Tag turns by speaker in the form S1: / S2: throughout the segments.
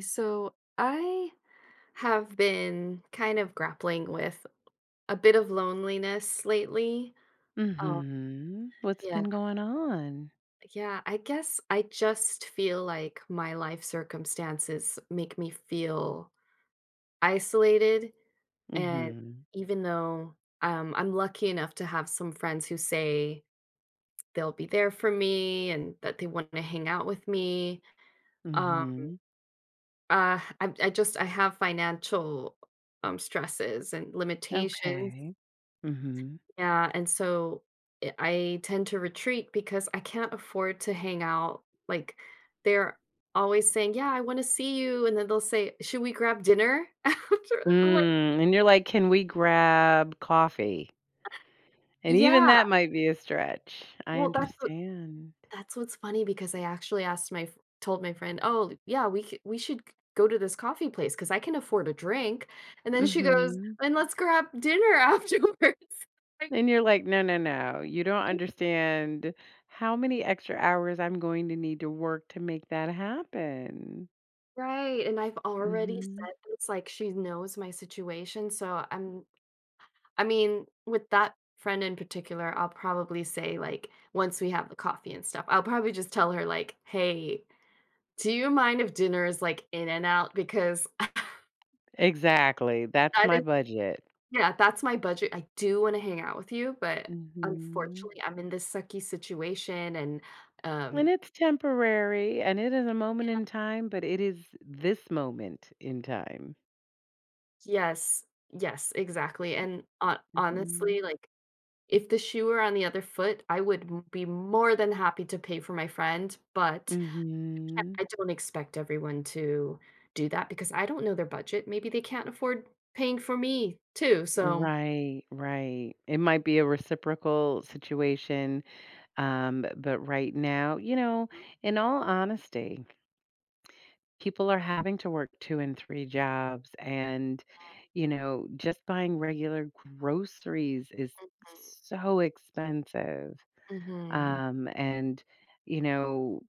S1: So I have been kind of grappling with a bit of loneliness lately. Oh,
S2: Mhm. What's
S1: yeah.
S2: been going on?
S1: Yeah. I guess I just feel like my life circumstances make me feel isolated. And
S2: Mhm.
S1: even though I'm lucky enough to have some friends who say they'll be there for me and that they want to hang out with me, um,
S2: Mhm.
S1: I have financial stresses and limitations.
S2: Okay. Mhm.
S1: Yeah, and so I tend to retreat because I can't afford to hang out. Like, they're always saying, "Yeah, I want to see you," and then they'll say, "Should we grab dinner?" after that? I'm like,
S2: And you're like, "Can we grab coffee?" And even
S1: "Yeah."
S2: that might be a stretch. I
S1: Well, that's what,
S2: understand.
S1: that's what's funny because I actually told my friend, "Oh, yeah, we should go to this coffee place because I can afford a drink," and then she goes,
S2: Mhm.
S1: "And let's grab dinner afterwards." Like.
S2: And you're like, "No, no, no. You don't understand how many extra hours I'm going to need to work to make that happen."
S1: Right. And I've already
S2: Mhm.
S1: said this, like she knows my situation. So I mean, with that friend in particular, I'll probably say, like, once we have the coffee and stuff, I'll probably just tell her, like, "Hey, do you mind if dinner is, like, in and out? Because
S2: Exactly. That's
S1: that
S2: my
S1: is
S2: budget.
S1: yeah, that's my budget. I do wanna hang out with you, but
S2: Mhm.
S1: unfortunately, I'm in this sucky situation and,
S2: And
S1: um"
S2: it's temporary, and it is a moment in
S1: Yeah.
S2: time, but it is this moment in time.
S1: Yes. Yes, exactly, and hon
S2: Mhm.
S1: honestly, like, if the shoe were on the other foot, I would m be more than happy to pay for my friend, but. And
S2: Mhm.
S1: I don't expect everyone to do that because I don't know their budget. Maybe they can't afford paying for me too, so.
S2: Right, right. It might be a reciprocal situation, but right now, in all honesty, people are having to work 2 and 3 jobs, and, just buying regular groceries is so expensive,
S1: Mhm.
S2: and, you know,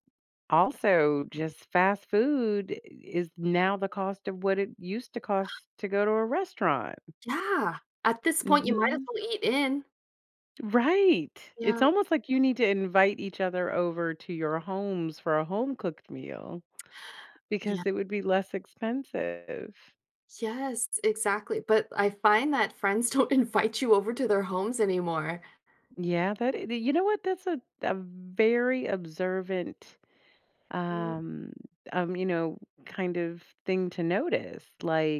S2: also, just fast food is now the cost of what it used to cost to go to a restaurant.
S1: Yeah. At this point, you might as
S2: Mhm.
S1: well eat in.
S2: Right. It's
S1: Yeah.
S2: almost like you need to invite each other over to your homes for a home-cooked meal because
S1: Yeah.
S2: it would be less expensive.
S1: Yes, exactly, but I find that friends don't invite you over to their homes anymore.
S2: Yeah, that I you know what? That's a very observant,
S1: Mhm.
S2: um um, you know, kind of thing to notice.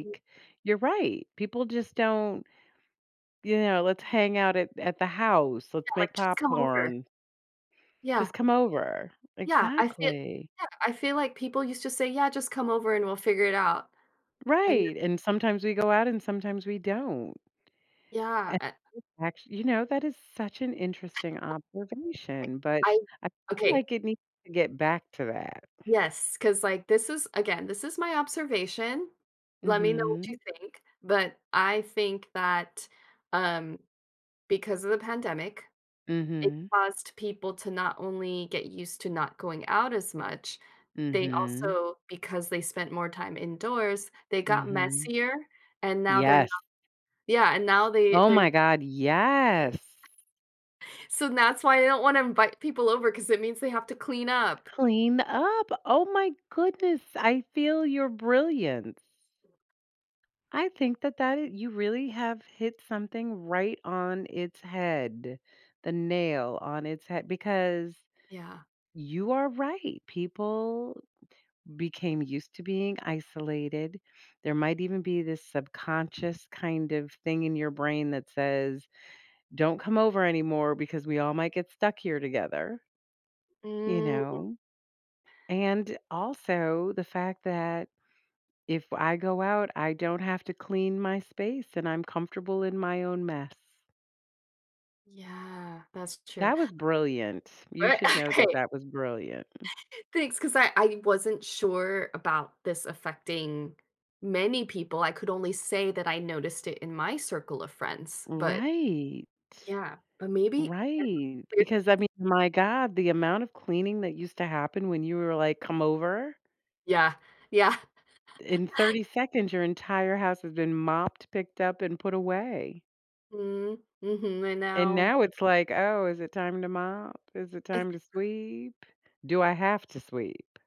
S1: Yeah,
S2: you're right. People just don't. You know, "Let's hang out at the house, let's make
S1: like, "Just come over."
S2: popcorn, just
S1: Yeah.
S2: come over."
S1: Yeah, I feel
S2: Exactly.
S1: yeah, I feel like people used to say, "Yeah, just come over and we'll figure it out." And
S2: Right, and sometimes we go out and sometimes we don't.
S1: yeah,
S2: And actually, that is such an interesting
S1: I
S2: observation, but
S1: I
S2: I feel
S1: okay.
S2: like it needs to get back to that.
S1: Yes, because, like, this is, again, this is my observation. Let me know what you
S2: Mhm.
S1: think, but I think that, um, because of the pandemic, it
S2: Mhm.
S1: caused people to not only get used to not going out as much, they
S2: Mhm.
S1: also because they spent more time indoors, they got
S2: Mhm.
S1: messier, and now they're not.
S2: Yes.
S1: Yeah, and now they
S2: Oh
S1: they're
S2: my god, yes.
S1: so that's why I don't wanna invite people over because it means they have to clean up.
S2: Clean up. Oh my goodness, I feel your brilliance. I think that that is you really have hit something right on its head, the nail on its head, because
S1: Yeah.
S2: you are right. People became used to being isolated. There might even be this subconscious kind of thing in your brain that says, don't come over anymore because we all might get stuck here together, you
S1: Mm,
S2: know? And also the fact that if I go out, I don't have to clean my space and I'm comfortable in my own mess.
S1: yeah, that's true.
S2: That was brilliant. You
S1: But
S2: should know that
S1: okay.
S2: that was brilliant.
S1: Thanks, because I wasn't sure about this affecting many people. I could only say that I noticed it in my circle of friends, but
S2: Right.
S1: yeah, but maybe
S2: Right. Because, I mean, my god, the amount of cleaning that used to happen when you were like, "Come over,"
S1: yeah, yeah.
S2: in 30 seconds, your entire house has been mopped, picked up, and put away.
S1: Mm, hmm. I
S2: And
S1: know.
S2: now it's like, "Oh, is it time to mop? Is it time to sweep? Do I have to sweep?"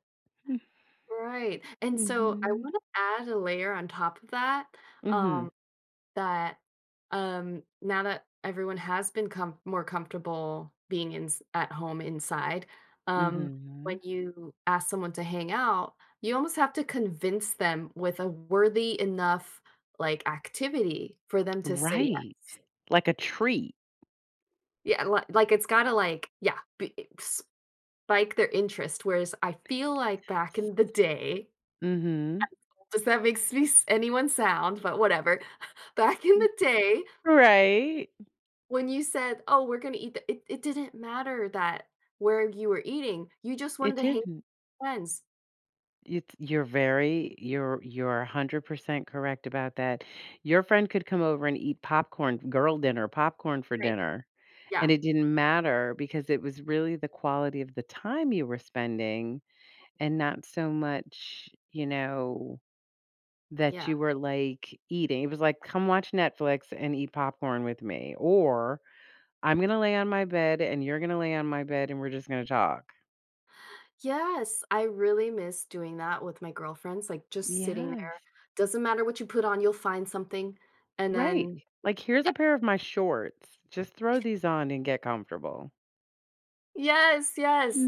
S1: Right. And so I
S2: Mhm.
S1: want to add a layer on top of that.
S2: Mhm.
S1: Um, That, Now that everyone has been com more comfortable being in at home inside, um, when
S2: Mhm.
S1: you ask someone to hang out, you almost have to convince them with a worthy enough, like, activity for them to say yeah.
S2: Right. Like a treat.
S1: Yeah, li like, it's gotta, like, yeah, b spike their interest, whereas I feel like back in the day
S2: Mhm.
S1: does that makes me s anyone sound, but whatever. Back in the day,
S2: Right.
S1: when you said, "Oh, we're gonna eat the," it didn't matter that where you were eating, you just wanted
S2: It
S1: to hang with
S2: didn't.
S1: friends.
S2: It's you're very you're 100% correct about that. Your friend could come over and eat popcorn, girl dinner, popcorn for
S1: Right.
S2: dinner, and
S1: Yeah.
S2: it didn't matter because it was really the quality of the time you were spending and
S1: Mhm.
S2: not so much, that
S1: Yeah.
S2: you were, like, eating. It was like, "Come watch Netflix and eat popcorn with me," or I'm gonna lay on my bed and you're gonna lay on my bed and we're just gonna talk.
S1: Yes, I really miss doing that with my girlfriends, like, just sitting there.
S2: Yes.
S1: Doesn't matter what you put on, you'll find something, and
S2: Right.
S1: then
S2: Like, here's
S1: yeah.
S2: a pair of my shorts. Just throw these on and get comfortable.
S1: Yes, yes.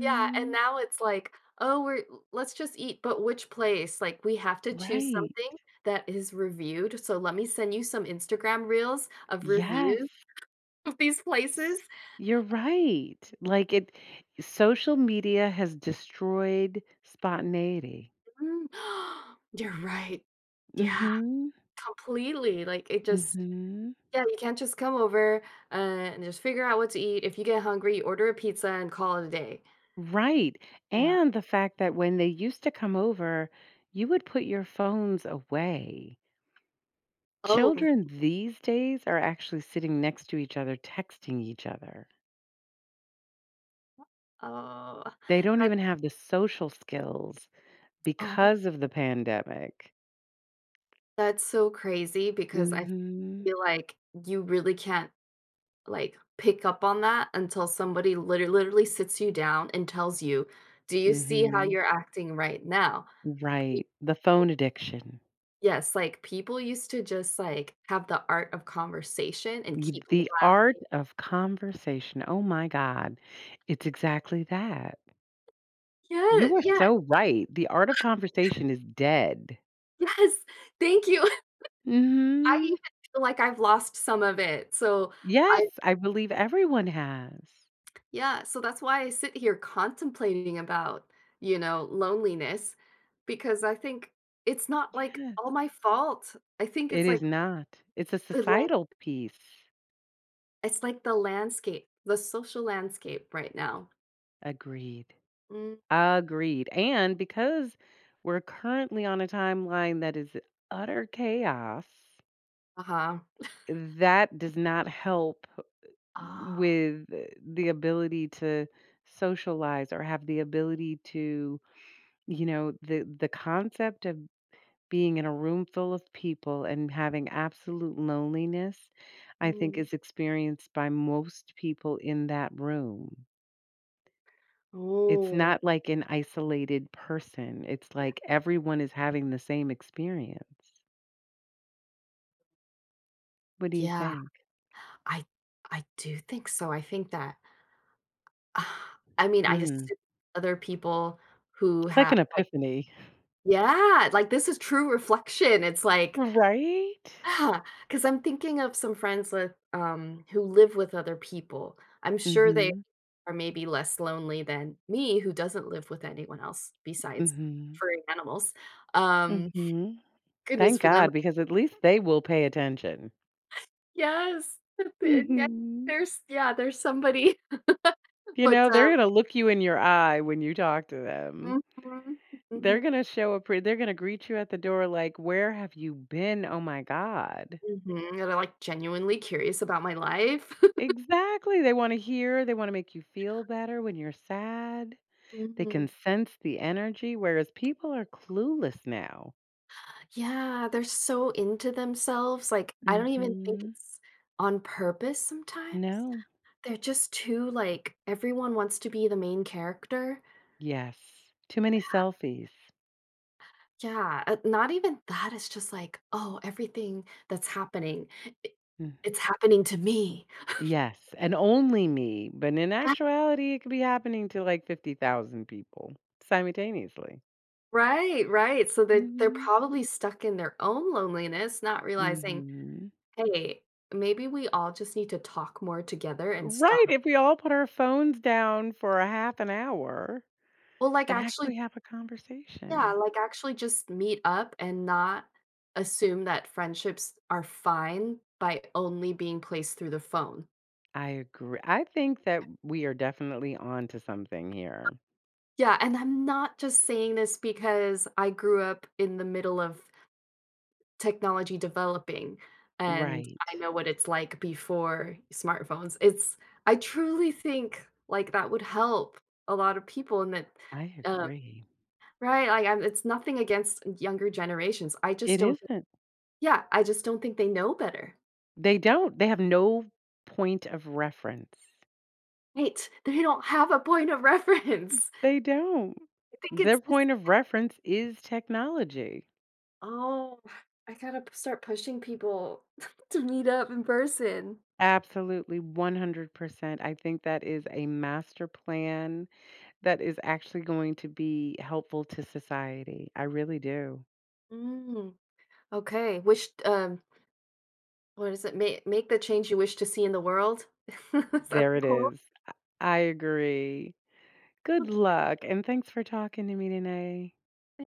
S1: Yeah, and now it's like, "Oh, we're let's just eat, but which place?" Like, we have to choose
S2: Right.
S1: something that is reviewed, so let me send you some Instagram reels of
S2: Yes.
S1: reviews of these places.
S2: S- You're right. Like, it social media has destroyed spontaneity.
S1: Mm. You're right. Yeah,
S2: Mhm.
S1: completely, like, it just,
S2: Mhm.
S1: yeah, you can't just come over, and just figure out what to eat. If you get hungry, you order a pizza and call it a day.
S2: Right.
S1: Yeah.
S2: And the fact that when they used to come over, you would put your phones away.
S1: Oh,
S2: Children these days are actually sitting next to each other texting each other.
S1: oh,
S2: They don't
S1: that
S2: even have the social skills
S1: oh,
S2: because of the pandemic.
S1: that's so crazy because I
S2: Mhm.
S1: feel like you really can't, like, pick up on that until somebody literally sits you down and tells you, "Do you see how
S2: Mhm.
S1: you're acting right now?"
S2: Right. The phone addiction.
S1: Yes, like, people used to just, like, have the art of conversation and
S2: Y
S1: keep la
S2: The art of conversation. Oh my god. It's exactly that.
S1: Yeah,
S2: You are
S1: yeah,
S2: so right. The art of conversation is dead.
S1: yes, thank you. I
S2: Mhm.
S1: even feel like I've lost some of it, so I
S2: Yes, I believe everyone has.
S1: yeah, so that's why I sit here contemplating about, loneliness because I think it's not, like, all
S2: Yes.
S1: my fault. I think
S2: It is not. It's a
S1: the la
S2: societal piece.
S1: it's like the landscape, the social landscape right now.
S2: Agreed.
S1: Mm,
S2: Agreed. And because we're currently on a timeline that is utter chaos,
S1: uh-huh.
S2: that does not help
S1: Oh,
S2: with the ability to socialize or have the ability to, the concept of being in a room full of people and having absolute loneliness, I think
S1: mm,
S2: is experienced by most people in that room. It's
S1: oh,
S2: not like an isolated person, it's
S1: yeah,
S2: like everyone is having the same experience. What do you
S1: yeah.
S2: think?
S1: I I do think so, I think that I mean, I
S2: Hmm,
S1: assume other people who
S2: it's like
S1: have,
S2: an
S1: like.
S2: epiphany.
S1: Yeah, like, this is true reflection, it's like
S2: Right?
S1: ah, because 'cause I'm thinking of some friends with who live with other people. I'm sure they
S2: Mhm,
S1: are maybe less lonely than me, who doesn't live with anyone else besides
S2: mhm,
S1: furry animals. Um,
S2: mhm.
S1: Goodness
S2: Thank
S1: for them.
S2: God, because at least they will pay attention.
S1: Yes,
S2: Mhm.
S1: there's somebody, but,
S2: They're gonna look you in your eye when you talk to them.
S1: mhm,
S2: They're
S1: mhm.
S2: gonna show up pre they're gonna greet you at the door like, "Where have you been? Oh my god."
S1: Mhm, that are, like, genuinely curious about my life.
S2: Exactly, they wanna hear, they wanna make you feel better when you're sad. They can
S1: Mhm.
S2: sense the energy, whereas people are clueless now.
S1: Yeah, they're so into themselves, like, I don't even think
S2: Mhm.
S1: it's on purpose sometimes.
S2: No.
S1: They're just too, like, everyone wants to be the main character.
S2: Yes. Too many selfies.
S1: Yeah, not even that, it's just like, "Oh, everything that's happening, I
S2: Mm.
S1: it's happening to me."
S2: Yes, and only me, but in
S1: Yeah,
S2: actuality, it could be happening to, like, 50,000 people simultaneously.
S1: right, right, so they're
S2: Mhm.
S1: probably stuck in their own loneliness, not realizing,
S2: Mhm.
S1: "Hey, maybe we all just need to talk more together and stop."
S2: Right, if we all put our phones down for a half an hour
S1: Well, like,
S2: and
S1: actually,
S2: actually have a
S1: yeah,
S2: conversation.
S1: like, actually just meet up and not assume that friendships are fine by only being placed through the phone.
S2: I agree. I think that we are definitely on to something here.
S1: Yeah, and I'm not just saying this because I grew up in the middle of technology developing, and
S2: Right.
S1: I know what it's like before smartphones. It's I truly think, like, that would help a lot of people and that,
S2: I
S1: um
S2: agree.
S1: right, like, I'm it's nothing against younger generations. I just
S2: It
S1: don't,
S2: isn't.
S1: yeah, I just don't think they know better.
S2: They don't. They have no point of reference.
S1: Right, they don't have a point of reference.
S2: They don't.
S1: I think
S2: Their
S1: it's this.
S2: point of reference is technology.
S1: Oh, I gotta p start pushing people to meet up in person.
S2: Absolutely, 100%. I think that is a master plan that is actually going to be helpful to society. I really do.
S1: Mm, okay, wish what is it? Make the change you wish to see in the world." Is that
S2: There
S1: the
S2: it
S1: quote?
S2: is. I I agree. Good luck, and thanks for talking to me today.